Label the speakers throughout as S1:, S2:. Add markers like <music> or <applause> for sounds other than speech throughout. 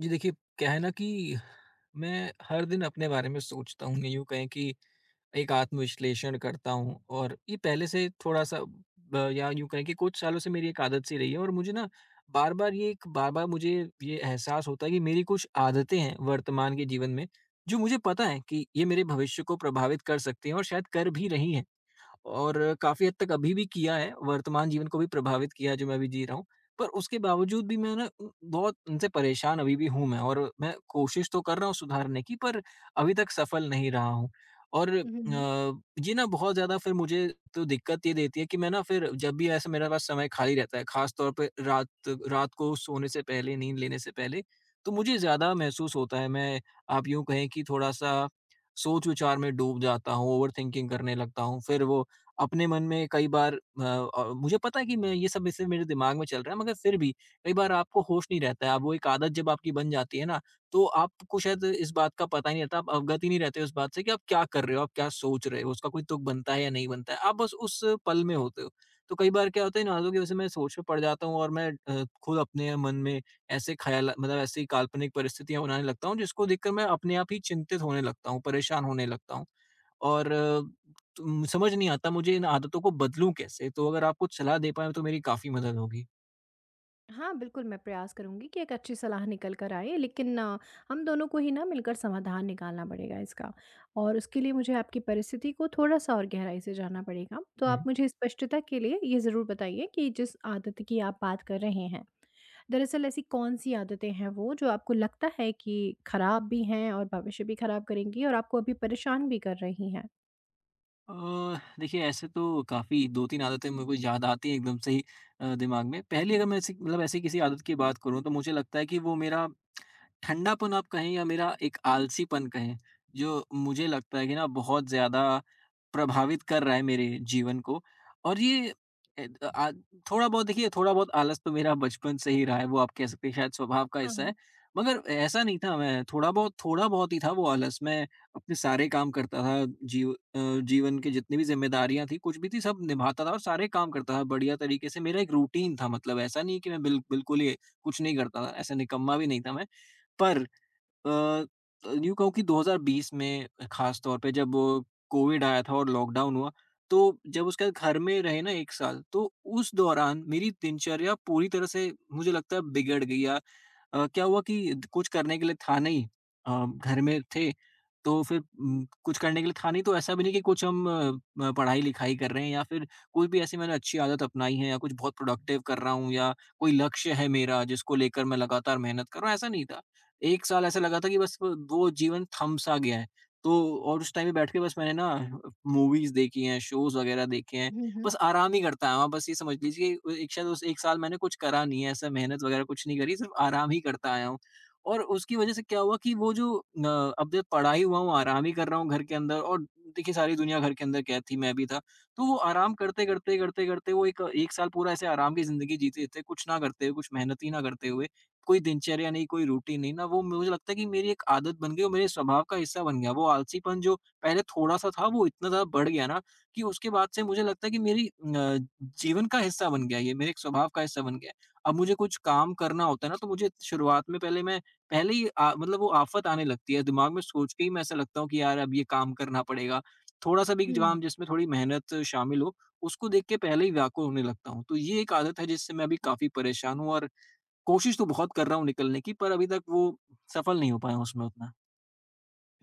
S1: जी देखिए, क्या है ना कि मैं हर दिन अपने बारे में सोचता हूँ, यूँ कहें कि एक आत्मविश्लेषण करता हूँ और ये पहले से थोड़ा-सा ब या यूँ कहें कि कुछ सालों से मेरी एक आदत सी रही है और मुझे ना बार-बार मुझे ये एहसास होता है कि मेरी कुछ आदतें हैं वर्तमान के जीवन में, जो मुझे पता है कि ये मेरे भविष्य को प्रभावित कर सकती हैं और शायद कर भी रही हैं। और काफ़ी हद तक अभी भी किया है, वर्तमान जीवन को भी प्रभावित किया है जो मैं अभी जी रहा हूँ। पर उसके बावजूद भी मैं ना बहुत उनसे परेशान अभी भी हूँ मैं और मैं कोशिश तो कर रहा हूँ सुधारने की, पर अभी तक सफल नहीं रहा हूँ। और अ,
S2: हुँ, हुँ।
S1: ये ना बहुत ज़्यादा फिर मुझे तो दिक्कत ये देती है कि मैं ना फिर जब भी ऐसे मेरे पास समय खाली रहता है, ख़ास तौर पे रात रात को सोने से पहले, नींद लेने से पहले, तो मुझे ज़्यादा महसूस होता है। मैं, आप यूँ कहें कि, थोड़ा-सा सोच-विचार में डूब जाता हूँ, ओवरथिंकिंग करने लगता हूँ। फिर वो अपने मन में कई बार मुझे पता है कि मैं ये सब, इससे मेरे दिमाग में चल रहा है, मगर फिर भी कई बार आपको होश नहीं रहता है। आप, वो एक आदत जब आपकी बन जाती है ना, तो आपको शायद इस बात का पता ही नहीं रहता, आप अवगत ही नहीं रहते उस बात से कि आप क्या कर रहे हो, आप क्या सोच रहे हो, उसका कोई तुक बनता है या नहीं बनता है। आप बस उस पल में होते हो। तो कई बार क्या होता है, इन आदतों की वजह से मैं सोच में पड़ जाता हूँ और मैं खुद अपने मन में ऐसे ख़याल, मतलब ऐसी काल्पनिक परिस्थितियाँ बनाने लगता हूँ जिसको देखकर मैं अपने आप ही चिंतित होने लगता हूँ, परेशान होने लगता हूँ। और अ, तुम, समझ नहीं आता मुझे इन आदतों को बदलूँ कैसे? तो अगर आप कुछ सलाह दे पाएँ तो मेरी काफ़ी मदद होगी।
S2: हाँ, बिल्कुल मैं प्रयास करूँगी कि एक अच्छी सलाह निकल कर आए, लेकिन हम दोनों को ही ना मिलकर समाधान निकालना पड़ेगा इसका। और उसके लिए मुझे आपकी परिस्थिति को थोड़ा-सा और गहराई से जानना पड़ेगा। तो आप
S1: हुँ।
S2: मुझे स्पष्टता के लिए ये ज़रूर बताइए कि जिस आदत की आप बात कर रहे हैं, दरअसल ऐसी कौन-सी आदतें हैं वो जो आपको लगता है कि खराब भी हैं और भविष्य भी खराब करेंगी और आपको अभी परेशान भी कर रही हैं?
S1: अ, देखिए, ऐसे तो काफ़ी 2-3 आदतें मेरे को याद आती हैं एकदम से ही दिमाग में। पहली, अगर मैं ऐसी, मतलब ऐसी किसी आदत की बात करूँ, तो मुझे लगता है कि वो मेरा ठंडापन आप कहें या मेरा एक आलसीपन कहें, जो मुझे लगता है कि ना बहुत ज़्यादा प्रभावित कर रहा है मेरे जीवन को। और ये ए, आ, थोड़ा बहुत, देखिए, थोड़ा बहुत आलस तो मेरा बचपन से ही रहा है, वो आप कह सकते हैं शायद स्वभाव का हिस्सा
S2: हाँ।
S1: है। मगर ऐसा नहीं था, मैं थोड़ा बहुत ही था वो आलस, मैं अपने सारे काम करता था। जीव अ, जीवन की जितनी भी ज़िम्मेदारियाँ थी, कुछ भी थी, सब निभाता था और सारे काम करता था बढ़िया तरीके से, मेरा एक रूटीन था। मतलब ऐसा नहीं है कि मैं बिल्कुल ही कुछ नहीं करता था, ऐसा निकम्मा भी नहीं था मैं। पर अ, यूँ कहूँ कि 2020 में, ख़ास तौर पे, जब कोविड आया था और लॉकडाउन हुआ, तो जब उसके बाद घर में रहे ना 1 साल, तो उस दौरान मेरी दिनचर्या पूरी तरह से, मुझे लगता है, बिगड़ गई। या क्या हुआ कि द कुछ करने के लिए था नहीं, घर में थे, तो फिर कुछ करने के लिए था नहीं, तो ऐसा भी नहीं कि कुछ हम पढ़ाई-लिखाई कर रहे हैं या फिर कोई भी ऐसी मैंने अच्छी आदत अपनाई है या कुछ बहुत प्रोडक्टिव कर रहा हूँ, या कोई लक्ष्य है मेरा जिसको लेकर मैं लगातार मेहनत कर रहा हूँ, ऐसा नहीं था। 1 साल ऐसा लगा था कि बस व वो जीवन थम-सा गया है। तो और उस टाइम पे बैठ के बस मैंने ना मूवीज़ देखी हैं, शोज़ वगैरह देखे हैं।
S2: हुँ, हुँ।
S1: बस आराम ही करता है वहाँ, बस ये समझ लीजिए कि एक, शायद उस 1 साल मैंने कुछ करा नहीं है, ऐसा मेहनत वगैरह कुछ नहीं करी, सिर्फ़ आराम ही करता आया हूँ। और उसकी वजह से क्या हुआ कि वो जो अब जब पड़ा ही हुआ हूँ, आराम ही कर रहा हूँ घर के अंदर, और देखिए, सारी दुनिया घर के अंदर कैद थी, मैं भी था। तो वो आराम करते, करते, करते, करते, वो एक 1 साल पूरा ऐसे आराम की ज़िंदगी जीते थे, कुछ ना करते हुए, कुछ मेहनत ही ना करते हुए, कोई दिनचर्या नहीं, कोई रूटीन नहीं ना, वो मुझे लगता है कि मेरी एक आदत बन गई और मेरे स्वभाव का हिस्सा बन गया। वो आलसीपन, जो पहले थोड़ा-सा था, वो इतना ज़्यादा बढ़ गया ना, कि उसके बाद से मुझे लगता है कि मेरी जीवन का हिस्सा बन गया है ये, मेरे एक स्वभाव का हिस्सा बन गया है। अब मुझे कुछ काम करना होता है ना, तो मुझे शुरुआत में पहले ही मतलब, वो आफत आने लगती है दिमाग में, सोच के ही मैं ऐसा लगता हूँ कि यार अब ये काम करना पड़ेगा। थोड़ा सा भी
S2: हुँ।
S1: काम जिसमें थोड़ी मेहनत शामिल हो, उसको देख के पहले ही व्याकुल होने लगता हूँ। तो ये एक आदत है जिससे मैं अभी काफ़ी परेशान हूँ, और कोशिश तो बहुत कर रहा हूँ निकलने की, पर अभी तक वो सफल नहीं हो पाया हूँ उसमें उतना।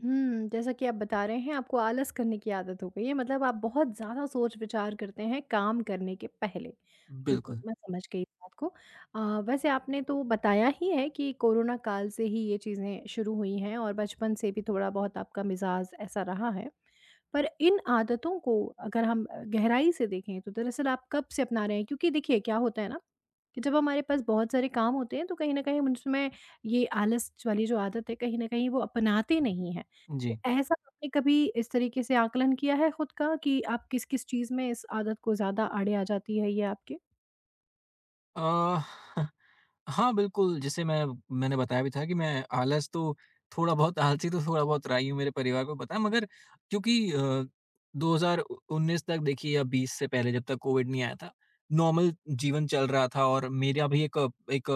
S2: जैसा कि आप बता रहे हैं, आपको आलस करने की आदत हो गई है, मतलब आप बहुत ज़्यादा सोच-विचार करते हैं काम करने के पहले। बिल्कुल,
S1: बिल्कुल।
S2: मैं समझ गई इस बात को। अ, वैसे आपने तो बताया ही है कि कोरोना काल से ही ये चीज़ें शुरू हुई हैं और बचपन से भी थोड़ा-बहुत आपका मिज़ाज ऐसा रहा है। पर इन आदतों को अगर हम गहराई से देखें, तो दरअसल आप कब से अपना रहे हैं? क्योंकि देखिए क्या होता है ना, कि जब हमारे पास बहुत सारे काम होते हैं तो कहीं न कहीं हम उसमें ये आलस वाली जो आदत है, कहीं न कहीं वो अपनाते नहीं हैं।
S1: जी।
S2: ऐसा आपने कभी इस तरीके से आकलन किया है खुद का कि आप किस-किस चीज़ में इस आदत को ज़्यादा आड़े आ जाती है ये आपके?
S1: अ, <laughs> हाँ, बिल्कुल, जैसे मैंने बताया भी था कि मैं आलस तो थोड़ा बहुत आलसी तो थोड़ा बहुत रहा ही हूँ, मेरे परिवार को पता है। मगर, क्योंकि 2019 तक, देखिए, या 20 से पहले, जब तक कोविड नहीं आया था, नॉर्मल जीवन चल रहा था और मेरा भी एक, एक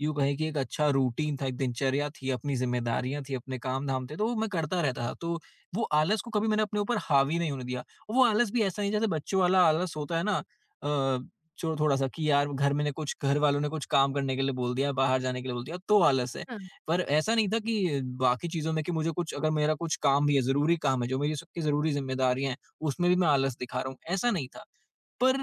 S1: यूँ कहें कि एक अच्छा रूटीन था, एक दिनचर्या थी, अपनी ज़िम्मेदारियाँ थीं, अपने काम-धाम थे, तो वो मैं करता रहता था। तो वो आलस को कभी मैंने अपने ऊपर हावी नहीं होने दिया। और वो आलस भी ऐसा नहीं जैसे बच्चों वाला आलस होता है ना, अ, चो थोड़ा-सा, कि यार घर वालों ने कुछ काम करने के लिए बोल दिया, बाहर जाने के लिए बोल दिया, तो आलस है।
S2: हाँ।
S1: पर ऐसा नहीं था कि बाकी चीज़ों में, कि मुझे कुछ, अगर मेरा कुछ काम भी है, ज़रूरी काम है, जो मेरी सबकी ज़रूरी ज़िम्मेदारियाँ हैं, उसमें भी मैं आलस दिखा रहा हूँ, ऐसा नहीं था। पर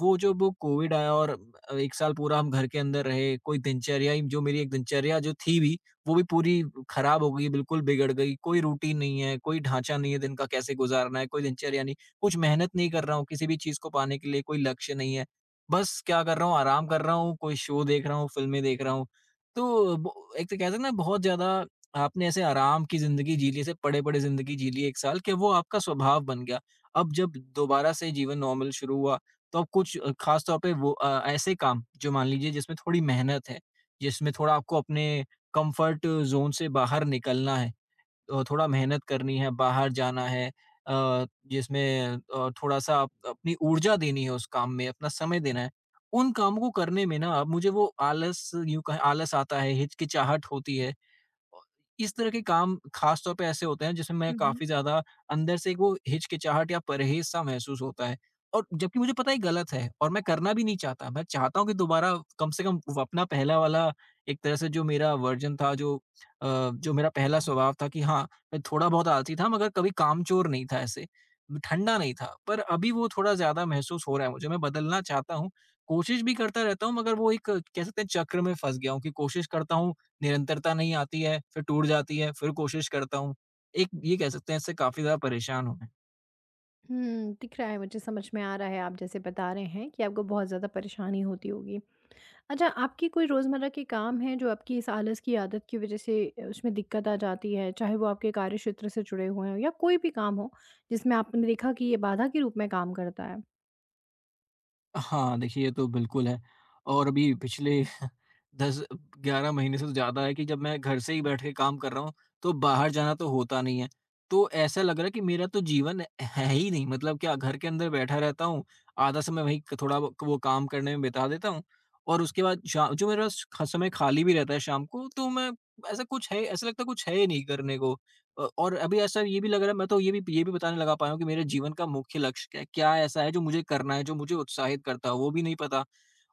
S1: वो जब कोविड आया और 1 साल पूरा हम घर के अंदर रहे, कोई दिनचर्या ही जो मेरी एक दिनचर्या जो थी भी, वो भी पूरी खराब हो गई, बिल्कुल बिगड़ गई। कोई रूटीन नहीं है, कोई ढाँचा नहीं है दिन का कैसे गुज़ारना है, कोई दिनचर्या नहीं। कुछ मेहनत नहीं कर रहा हूँ किसी भी चीज़ को पाने के लिए, कोई लक्ष्य नहीं है। बस क्या कर रहा हूँ, आराम कर रहा हूँ, कोई शो देख रहा हूँ, फ़िल्में देख रहा हूँ। तो ब एक तो कहते हैं ना, बहुत ज़्यादा आपने ऐसे आराम की ज़िंदगी जी ली, ऐसे पड़े-पड़े ज़िंदगी जी ली 1 साल, कि वो आपका स्वभाव बन गया। अब जब दोबारा से जीवन नॉर्मल शुरू हुआ, तो अब कुछ, खास तौर पे वो ऐसे काम जो, मान लीजिए, जिसमें थोड़ी मेहनत है, जिसमें थोड़ा आपको अपने कंफर्ट ज़ोन से बाहर निकलना है, थोड़ा मेहनत करनी है, बाहर जाना है, थोड़ा-सा अप अपनी ऊर्जा देनी है उस काम में, अपना समय देना है। उन कामों को करने में ना, अब मुझे वो आलस, यूँ कहें आलस आता है, हिचकिचाहट होती है। इस तरह के काम खास तौर पे ऐसे होते हैं जिसमें मैं
S2: हुँ, हुँ।
S1: काफ़ी ज़्यादा अंदर से एक, वो हिचकिचाहट या परहेज-सा महसूस होता है, और जबकि मुझे पता है ये गलत है और मैं करना भी नहीं चाहता। मैं चाहता हूँ कि दोबारा, कम से कम वो अपना पहला वाला, एक तरह से, जो मेरा वर्ज़न था, जो मेरा पहला स्वभाव था, कि हाँ, मैं थोड़ा बहुत आलसी था, मगर कभी कामचोर नहीं था ऐसे, ठंडा नहीं था। पर अभी वो थोड़ा ज़्यादा महसूस हो रहा है मुझे, मैं बदलना चाहता हूँ। कोशिश भी करता रहता हूँ, मगर वो एक, कह सकते हैं, चक्र में फँस गया हूँ, कि कोशिश करता हूँ, निरंतरता नहीं आती है, फिर टूट जाती है, फिर कोशिश करता हूँ। एक ये कह सकते हैं, इससे काफ़ी ज़्यादा परेशान हूँ मैं।
S2: दिख रहा है, मुझे समझ में आ रहा है आप जैसे बता रहे हैं कि आपको बहुत ज़्यादा परेशानी होती होगी। अच्छा, आपकी कोई रोज़मर्रा के काम हैं जो आपकी इस आलस की आदत की वज़ह से उसमें दिक्कत आ जाती है? चाहे वो आपके कार्यक्षेत्र से जुड़े हुए हों या कोई भी काम हो जिसमें आपने देखा कि ये बाधा के रूप में काम करता
S1: हाँ, देखिए, ये तो बिल्कुल है, और अभी पिछले <laughs> 10-11 महीने से तो ज़्यादा है, कि जब मैं घर से ही बैठ के काम कर रहा हूँ, तो बाहर जाना तो होता नहीं है। तो ऐसा लग रहा है कि मेरा तो जीवन है ही नहीं, मतलब क्या, घर के अंदर बैठा रहता हूँ, आधा समय वहीं क थोड़ा, वो काम करने में बिता देता हूँ, और उसके बाद शा जो मेरे पास ख समय खाली भी रहता है शाम को, तो मैं, ऐसा लगता है कुछ है ही नहीं करने को। और अभी ऐसा ये भी लग रहा है, मैं तो ये भी पता नहीं लगा पाया हूँ कि मेरे जीवन का मुख्य लक्ष्य क्या है? क्या ऐसा है जो मुझे करना है, जो मुझे उत्साहित करता हो, वो भी नहीं पता।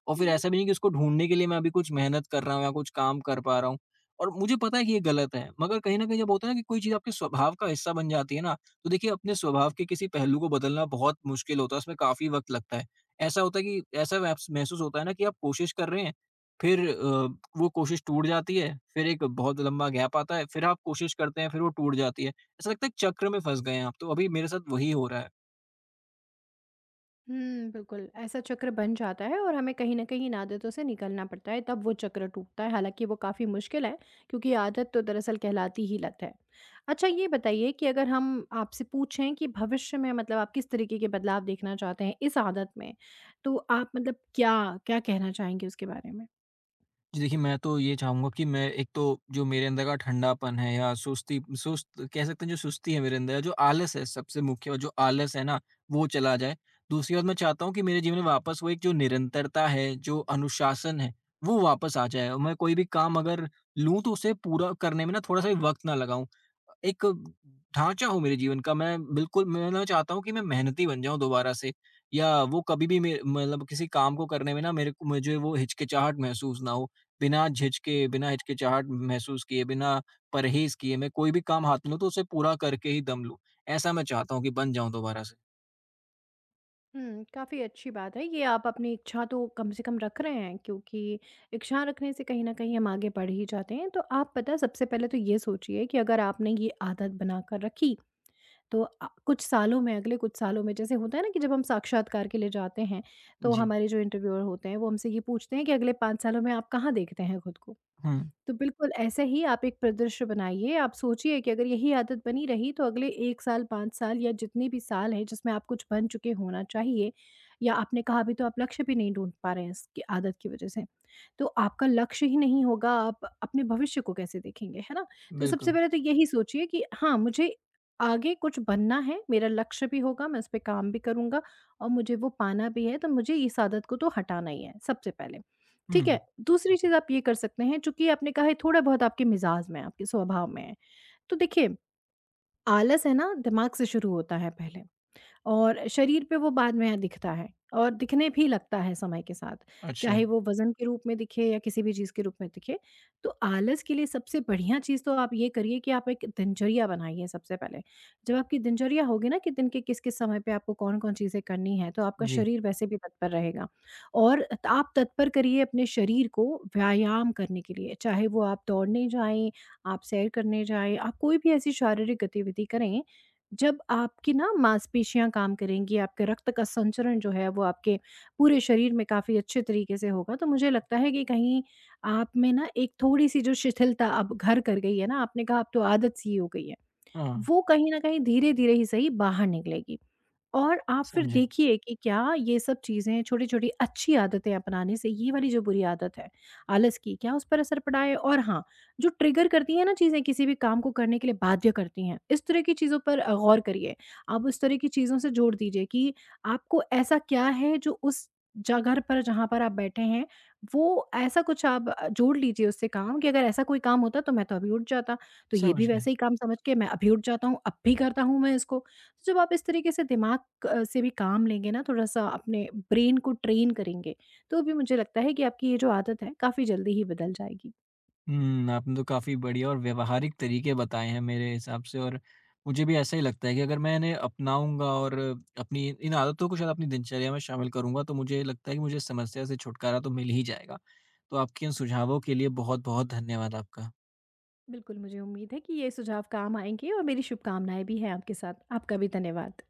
S1: और फिर
S2: है?
S1: ऐसा भी नहीं कि उसको ढूँढने के लिए मैं अभी कुछ मेहनत कर रहा हूँ या कुछ काम कर पा रहा हूँ। और मुझे पता है कि ये गलत है, मगर कहीं न कहीं, जब होता है ना कि कोई चीज़ आपके स्वभाव का हिस्सा बन जाती है ना, तो देखिए, अपने स्वभाव के किसी पहलू को बदलना बहुत मुश्किल होता है, उसमें काफ़ी वक़्त लगता है। ऐसा होता है कि ऐसा महसूस होता है ना कि आप कोशिश कर रहे हैं, फिर वो कोशिश टूट जाती है, फिर एक बहुत लंबा गैप आता है, फिर आप कोशिश करते हैं, फिर वो टूट जाती है। ऐसा लगता है एक चक्र में फँस गए हैं आप, तो अभी मेरे साथ वही हो रहा है।
S2: बिल्कुल, ऐसा चक्र बन जाता है और हमें कहीं न कहीं इन आदतों से निकलना पड़ता है, तब वो चक्र टूटता है, हालाँकि वो काफ़ी मुश्किल है, क्योंकि आदत तो दरअसल कहलाती ही लत है। अच्छा, ये बताइए कि अगर हम आपसे पूछें कि भविष्य में, मतलब आप किस तरीके के बदलाव देखना चाहते हैं इस आदत में, तो आप मतलब क्या, क्या कहना चाहेंगे उसके बारे में?
S1: जी, देखिए, मैं तो ये चाहूँगा कि मैं, एक तो जो मेरे अंदर का ठंडापन है या सुस्त, कह सकते हैं जो सुस्ती है मेरे अंदर, जो आलस है, सबसे मुख्य बात जो आलस है ना, वो चला जाए। दूसरी बात, मैं चाहता हूँ कि मेरे जीवन में वापस वो एक जो निरंतरता है, जो अनुशासन है, वो वापस आ जाए, और मैं कोई भी काम अगर लूँ, तो उसे पूरा करने में ना थोड़ा-सा भी वक़्त ना लगाऊँ। एक ढाँचा हो मेरे जीवन का, मैं बिल्कुल, मैं ना चाहता हूँ कि मैं मेहनती बन जाऊँ दोबारा से, या वो कभी भी, मे मतलब किसी काम को करने में ना, मेरे को मुझे वो हिचकिचाहट महसूस ना हो। बिना झिझके, बिना हिचकिचाहट महसूस किए, बिना परहेज़ किए, मैं कोई भी काम हाथ में लूँ तो उसे पूरा करके ही दम लूँ। ऐसा मैं चाहता हूँ कि बन जाऊँ दोबारा से।
S2: काफ़ी अच्छी बात है। ये आप अपनी इच्छा तो कम से कम रख रहे हैं, क्योंकि इच्छा रखने से कहीं न कहीं हम आगे बढ़ ही जाते हैं। तो आप पता है, सबसे पहले तो ये सोचिए कि अगर आपने ये आदत बनाकर रखी, तो कुछ सालों में, अगले कुछ सालों में, जैसे होता है ना कि जब हम साक्षात्कार के लिए जाते हैं, तो
S1: जी।
S2: हमारे जो इंटरव्यूअर होते हैं वो हमसे ये पूछते हैं कि अगले 5 सालों में आप कहाँ देखते हैं खुद को?
S1: हुँ,
S2: तो बिल्कुल ऐसे ही आप एक परिदृश्य बनाइए। आप सोचिए कि अगर यही आदत बनी रही तो अगले 1 साल, 5 साल या जितने भी साल हैं जिसमें आप कुछ बन चुके होना चाहिए, या आपने कहा अभी तो आप लक्ष्य भी नहीं ढूँढ पा रहे हैं इसकी आदत की वज़ह से। तो आपका लक्ष्य ही नहीं होगा, आप अपने भविष्य को कैसे देखेंगे, है ना? तो सबसे
S1: बिल्कुल।
S2: पहले तो यही सोचिए कि हाँ, मुझे आगे कुछ बनना है, मेरा लक्ष्य भी होगा, मैं उस पे काम भी करूँगा और मुझे वो पाना भी है, तो मुझे इस आदत को तो हटाना ही है सबसे पहले। ठीक है,
S1: हुँ,
S2: दूसरी चीज़ आप ये कर सकते हैं, चूँकि आपने कहा है थोड़ा बहुत आपके मिज़ाज में है, आपके स्वभाव में है। तो देखिए, आलस है ना, दिमाग से शुरू होता है पहले। और शरीर पे वो बाद में दिखता है और दिखने भी लगता है समय के साथ,
S1: अच्छा।
S2: चाहे वो वज़न के रूप में दिखे या किसी भी चीज़ के रूप में दिखे। तो आलस के लिए सबसे बढ़िया चीज़ तो आप ये करिए कि आप एक दिनचर्या बनाइए सबसे पहले। जब आपकी दिनचर्या होगी ना कि दिन के किस-किस समय पे आपको कौन-कौन चीज़ें करनी है, तो आपका
S1: जी।
S2: शरीर वैसे भी तत्पर रहेगा। और आप तत्पर करिए अपने शरीर को व्यायाम करने के लिए, चाहे वो आप दौड़ने जाएँ, आप सैर करने जाएँ, आप कोई भी ऐसी शारीरिक गतिविधि करें। जब आपकी ना मांसपेशियाँ काम करेंगी, आपके रक्त का संचरण जो है वो आपके पूरे शरीर में काफ़ी अच्छे तरीके से होगा, तो मुझे लगता है कि कहीं आप में ना एक थोड़ी-सी जो शिथिलता अब घर कर गई है ना, आपने कहा अब तो आदत सी हो गई है,
S1: हाँ,
S2: वो कहीं न कहीं धीरे-धीरे ही सही बाहर निकलेगी। और आप फिर
S1: समझा।
S2: देखिए कि क्या ये सब चीज़ें, छोटी-छोटी अच्छी आदतें अपनाने से ये वाली जो बुरी आदत है, आलस की, क्या उस पर असर पड़ा है? और हाँ, जो ट्रिगर करती हैं ना चीज़ें, किसी भी काम को करने के लिए बाध्य करती हैं, इस तरह की चीज़ों पर गौर करिए। आप उस तरह की चीज़ों से जोड़ दीजिए कि आपको ऐसा क्या है जो उस जगह पर जहाँ पर आप बैठे हैं, वो ऐसा कुछ आप जोड़ लीजिए उससे काम कि अगर ऐसा कोई काम होता तो मैं तो अभी उठ जाता, तो ये भी
S1: समझ गया।
S2: वैसे ही काम समझ के मैं अभी उठ जाता हूँ, अब भी करता हूँ मैं इसको। तो जब आप इस तरीके से दिमाग से भी काम लेंगे ना, थोड़ा-सा अपने ब्रेन को ट्रेन करेंगे, तो भी मुझे लगता है कि आपकी ये जो आदत है, काफ़ी जल्दी ही बदल जाएगी।
S1: हुँ, आपने तो काफ़ी बढ़िया और व्यावहारिक तरीके बताए हैं मेरे हिसाब से, और मुझे भी ऐसा ही लगता है कि अगर मैं इन्हें अपनाऊँगा और अपनी इन आदतों को शायद अपनी दिनचर्या में शामिल करूँगा, तो मुझे लगता है कि मुझे इस समस्या से छुटकारा तो मिल ही जाएगा। तो आपके इन सुझावों के लिए बहुत-बहुत धन्यवाद आपका।
S2: बिल्कुल, मुझे उम्मीद है कि ये सुझाव काम आएँगे और मेरी शुभकामनाएँ भी हैं आपके साथ। आपका भी धन्यवाद।